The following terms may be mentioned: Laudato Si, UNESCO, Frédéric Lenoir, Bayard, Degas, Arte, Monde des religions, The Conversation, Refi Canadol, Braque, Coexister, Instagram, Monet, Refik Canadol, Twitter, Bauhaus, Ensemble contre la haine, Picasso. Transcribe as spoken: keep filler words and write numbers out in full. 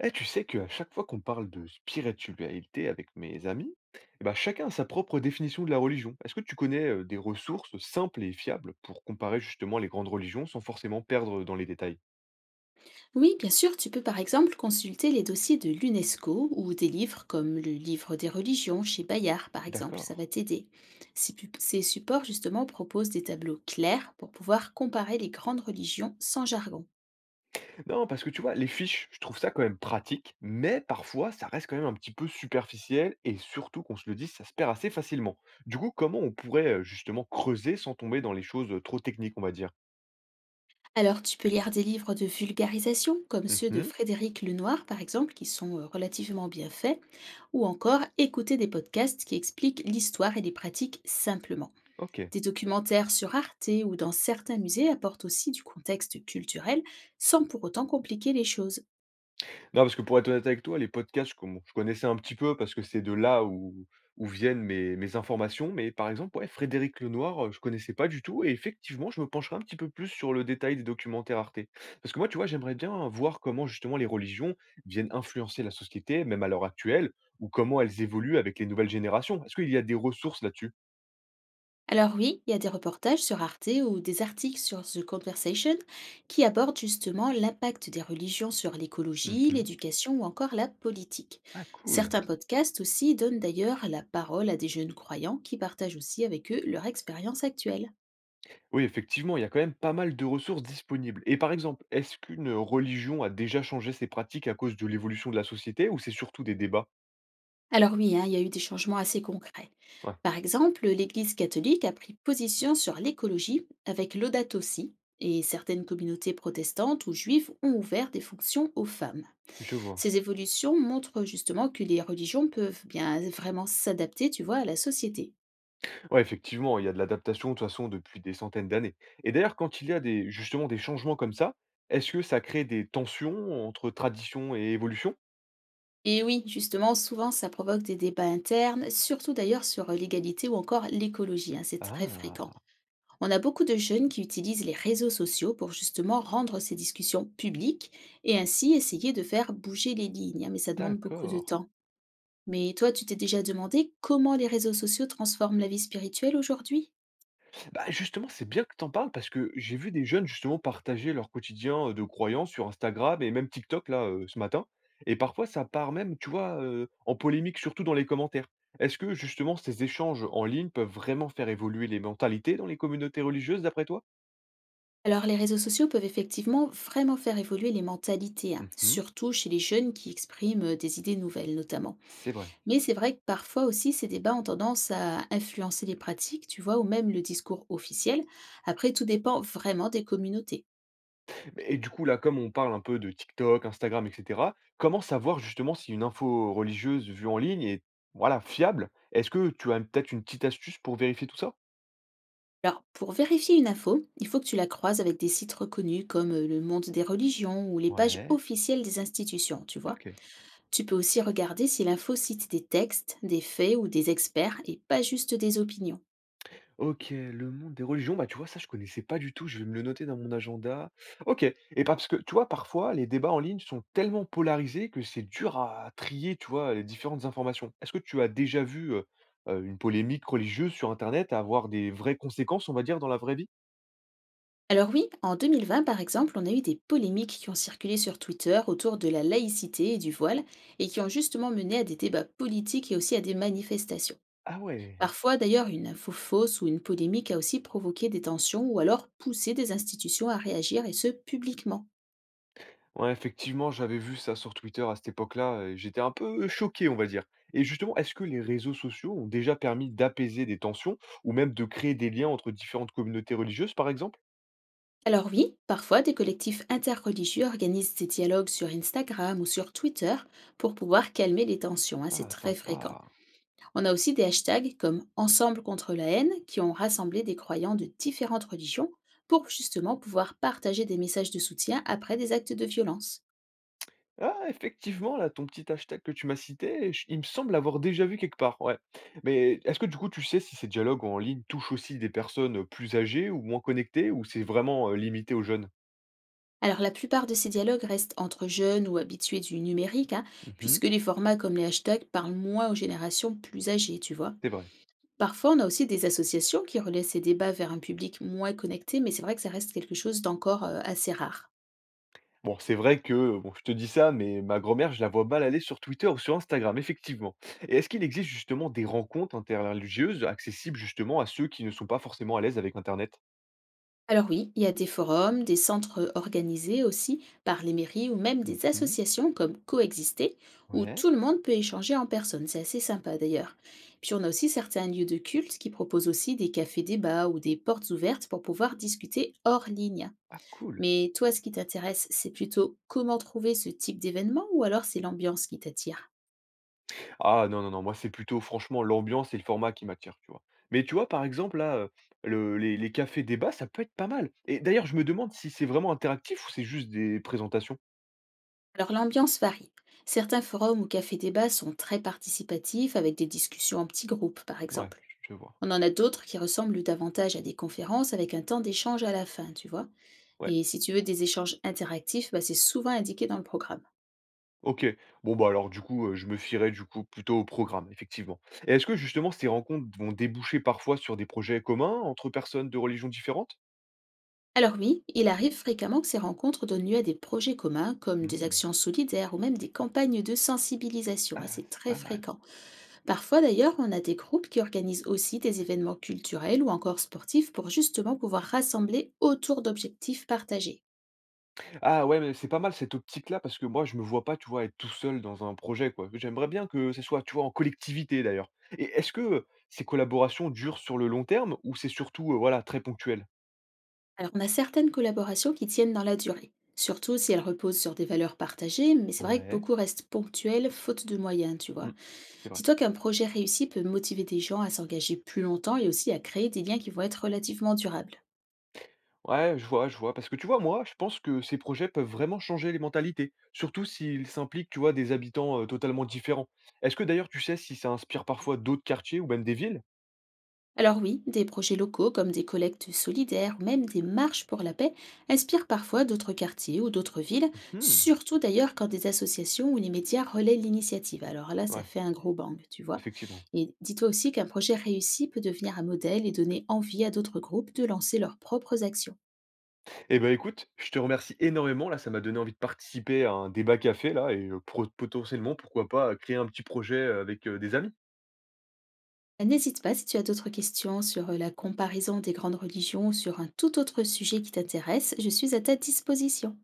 Eh, tu sais qu'à chaque fois qu'on parle de spiritualité avec mes amis, eh ben, chacun a sa propre définition de la religion. Est-ce que tu connais euh, des ressources simples et fiables pour comparer justement les grandes religions sans forcément perdre dans les détails. Oui, bien sûr, tu peux par exemple consulter les dossiers de l'UNESCO ou des livres comme le Livre des religions chez Bayard, par exemple, D'accord. ça va t'aider. Ces pu- ces supports, justement, proposent des tableaux clairs pour pouvoir comparer les grandes religions sans jargon. Non, parce que tu vois, les fiches, je trouve ça quand même pratique, mais parfois ça reste quand même un petit peu superficiel et surtout qu'on se le dise, ça se perd assez facilement. Du coup, comment on pourrait euh, justement creuser sans tomber dans les choses euh, trop techniques, on va dire. Alors, tu peux lire des livres de vulgarisation, comme ceux de Mhm. Frédéric Lenoir, par exemple, qui sont euh, relativement bien faits, ou encore écouter des podcasts qui expliquent l'histoire et les pratiques simplement. Ok. Des documentaires sur Arte ou dans certains musées apportent aussi du contexte culturel sans pour autant compliquer les choses. Non, parce que pour être honnête avec toi, les podcasts, je commen je connaissais un petit peu parce que c'est de là où où viennent mes mes informations, mais par exemple, ouais, Frédéric Lenoir, heu, je connaissais pas du tout et effectivement, je me pencherai un petit peu plus sur le détail des documentaires Arte. Parce que moi, tu vois, j'aimerais bien voir comment justement les religions viennent influencer la société, même à l'heure actuelle, ou comment elles évoluent avec les nouvelles générations. Est-ce qu'il y a des ressources là-dessus? Alors oui, il y a des reportages sur Arte ou des articles sur The Conversation qui abordent justement l'impact des religions sur l'écologie, Mmh. l'éducation ou encore la politique. Ah cool. Certains podcasts aussi donnent d'ailleurs la parole à des jeunes croyants qui partagent aussi avec eux leur expérience actuelle. Oui, effectivement, il y a quand même pas mal de ressources disponibles. Et par exemple, est-ce qu'une religion a déjà changé ses pratiques à cause de l'évolution de la société ou c'est surtout des débats? Alors oui, hein, il y a eu des changements assez concrets. Ouais, Par exemple, l'Église catholique a pris position sur l'écologie avec Laudato Si, et certaines communautés protestantes ou juives ont ouvert des fonctions aux femmes. je vois. Ces évolutions montrent justement que les religions peuvent bien vraiment s'adapter, tu vois, à la société. Ouais, effectivement, il y a de l'adaptation de toute façon depuis des centaines d'années. Et d'ailleurs, quand il y a des, justement des changements comme ça, est-ce que ça crée des tensions entre tradition et évolution? Et oui, justement, souvent ça provoque des débats internes, surtout d'ailleurs sur l'égalité ou encore l'écologie, hein, c'est très fréquent. Ah, On a beaucoup de jeunes qui utilisent les réseaux sociaux pour justement rendre ces discussions publiques et ainsi essayer de faire bouger les lignes, hein, mais ça demande beaucoup de d'accord. temps. Mais toi, tu t'es déjà demandé comment les réseaux sociaux transforment la vie spirituelle aujourd'hui? Bah, justement, c'est bien que t'en parles parce que j'ai vu des jeunes justement partager leur quotidien euh, de croyances sur Instagram et même TikTok là euh, ce matin. Et parfois, ça part même, tu vois, euh, en polémique, surtout dans les commentaires. Est-ce que justement ces échanges en ligne peuvent vraiment faire évoluer les mentalités dans les communautés religieuses, d'après toi? Alors les réseaux sociaux peuvent effectivement vraiment faire évoluer les mentalités, hein, Mhm, surtout chez les jeunes qui expriment euh, des idées nouvelles notamment. c'est vrai. Mais c'est vrai que parfois aussi ces débats ont tendance à influencer les pratiques, tu vois, ou même le discours officiel. Après, tout dépend vraiment des communautés. Mais- Et du coup, là, comme on parle un peu de TikTok, Instagram, et cetera, comment savoir justement si une info religieuse vue en ligne est, voilà, fiable? Est-ce que tu as peut-être une petite astuce pour vérifier tout ça? Alors, pour vérifier une info, il faut que tu la croises avec des sites reconnus comme euh, le Monde des religions ou les pages Ouais, officielles des institutions, tu vois. ok. Tu peux aussi regarder si l'info cite des textes, des faits ou des experts et pas juste des opinions. OK, le monde des religions, bah, tu vois, ça, je connaissais pas du tout, je vais me le noter dans mon agenda. OK et bah, parce que, tu vois, parfois, les débats en ligne sont tellement polarisés que c'est dur à trier, tu vois, les différentes informations. Est-ce que tu as déjà vu, heu heu, une polémique religieuse sur internet avoir des vraies conséquences, on va dire, dans la vraie vie? Alors oui, en deux mille vingt par exemple, on a eu des polémiques qui ont circulé sur Twitter autour de la laïcité et du voile et qui ont justement mené à des débats politiques et aussi à des manifestations. Ah ouais. Parfois d'ailleurs, une info fausse ou une polémique a aussi provoqué des tensions ou alors poussé des institutions à réagir et ce publiquement. Ouais, effectivement, j'avais vu ça sur Twitter à cette époque-là et j'étais un peu choqué, on va dire. Et justement, est-ce que les réseaux sociaux ont déjà permis d'apaiser des tensions ou même de créer des liens entre différentes communautés religieuses, par exemple? Alors oui, parfois des collectifs interreligieux organisent des dialogues sur Instagram ou sur Twitter pour pouvoir calmer les tensions, hein, c'est Ah très fréquent. sympa. On a aussi des hashtags comme Ensemble contre la haine qui ont rassemblé des croyants de différentes religions pour justement pouvoir partager des messages de soutien après des actes de violence. Ah effectivement là, ton petit hashtag que tu m'as cité, j il me semble l'avoir déjà vu quelque part, ouais. Mais est-ce que du coup, tu sais si ces dialogues en ligne touchent aussi des personnes, plus âgées ou moins connectées ou c'est vraiment, heu, limité aux jeunes? Alors la plupart de ces dialogues restent entre jeunes ou habitués du numérique, hein, Mmh. puisque les formats comme les hashtags parlent moins aux générations plus âgées, tu vois. C'est vrai. Parfois, on a aussi des associations qui relaient ces débats vers un public moins connecté, mais c'est vrai que ça reste quelque chose d'encore euh, assez rare. Bon, c'est vrai que bon, je te dis ça, mais ma grand-mère, je la vois mal aller sur Twitter ou sur Instagram, effectivement. Et est-ce qu'il existe justement des rencontres interreligieuses accessibles justement à ceux qui ne sont pas forcément à l'aise avec internet? Alors oui, il y a des forums, des centres euh, organisés aussi par les mairies ou même des Mmh. associations comme Coexister, où Ouais. tout le monde peut échanger en personne. C'est assez sympa d'ailleurs. Puis on a aussi certains lieux de culte qui proposent aussi des cafés débats ou des portes ouvertes pour pouvoir discuter hors ligne. Ah cool. Mais toi, ce qui t'intéresse, c'est plutôt comment trouver ce type d'événement ou alors c'est l'ambiance qui t'attire? Ah non, non, non, moi c'est plutôt franchement l'ambiance et le format qui m'attirent, tu vois? Mais tu vois, par exemple, là, heu, le les les cafés débats, ça peut être pas mal et d'ailleurs, je me demande si c'est vraiment interactif ou c'est juste des présentations? Alors l'ambiance varie. Certains forums ou cafés débats sont très participatifs avec des discussions en petits groupes, par Ouais, exemple. je je vois. On en a d'autres qui ressemblent davantage à des conférences avec un temps d'échange à la fin, tu vois. Ouais, Et si tu veux des échanges interactifs, bah, c'est souvent indiqué dans le programme. OK. Bon, bah, alors du coup, heu, je me fierai du coup plutôt au programme, effectivement. Et est-ce que justement ces rencontres vont déboucher parfois sur des projets communs entre personnes de religions différentes? Alors oui, il arrive fréquemment que ces rencontres donnent lieu à des projets communs comme des Mmh, actions solidaires ou même des campagnes de sensibilisation, hein, ah, c'est c'est très pas mal. fréquent. Parfois d'ailleurs, on a des groupes qui organisent aussi des événements culturels ou encore sportifs pour justement pouvoir rassembler autour d'objectifs partagés. Ah ouais, mais c'est pas mal cette optique-là parce que moi, je me vois pas, tu vois, être tout seul dans un projet, quoi. J'aimerais bien que ce soit, tu vois, en collectivité d'ailleurs. Et est-ce que euh, ces collaborations durent sur le long terme ou c'est surtout, euh, voilà, très ponctuel? Alors on a certaines collaborations qui tiennent dans la durée, surtout si elles reposent sur des valeurs partagées, mais c'est vrai que Ouais, beaucoup restent ponctuels faute de moyens, tu vois. mm, c'est vrai. Dis-toi qu'un projet réussi peut motiver des gens à s'engager plus longtemps et aussi à créer des liens qui vont être relativement durables. Ouais, je vois, je vois. Parce que tu vois, moi, je pense que ces projets peuvent vraiment changer les mentalités, surtout s'ils s'impliquent, tu vois, des habitants euh, totalement différents. Est-ce que d'ailleurs, tu sais si ça inspire parfois d'autres quartiers ou même des villes? Alors oui, des projets locaux comme des collectes solidaires ou même des marches pour la paix inspirent parfois d'autres quartiers ou d'autres villes, Mhm. surtout d'ailleurs quand des associations ou les médias relaient l'initiative. Alors là, ça Ouais, fait un gros bang, tu vois. effectivement. Et dis-toi aussi qu'un projet réussi peut devenir un modèle et donner envie à d'autres groupes de lancer leurs propres actions. Eh ben, écoute, je te remercie énormément. Là, ça m'a donné envie de participer à un débat café là et heu, pro potentiellement, pourquoi pas, heu, créer un petit projet, heu, avec, heu, des amis. Euh, N'hésite pas si tu as d'autres questions sur euh, la comparaison des grandes religions ou sur un tout autre sujet qui t'intéresse, je suis à ta disposition.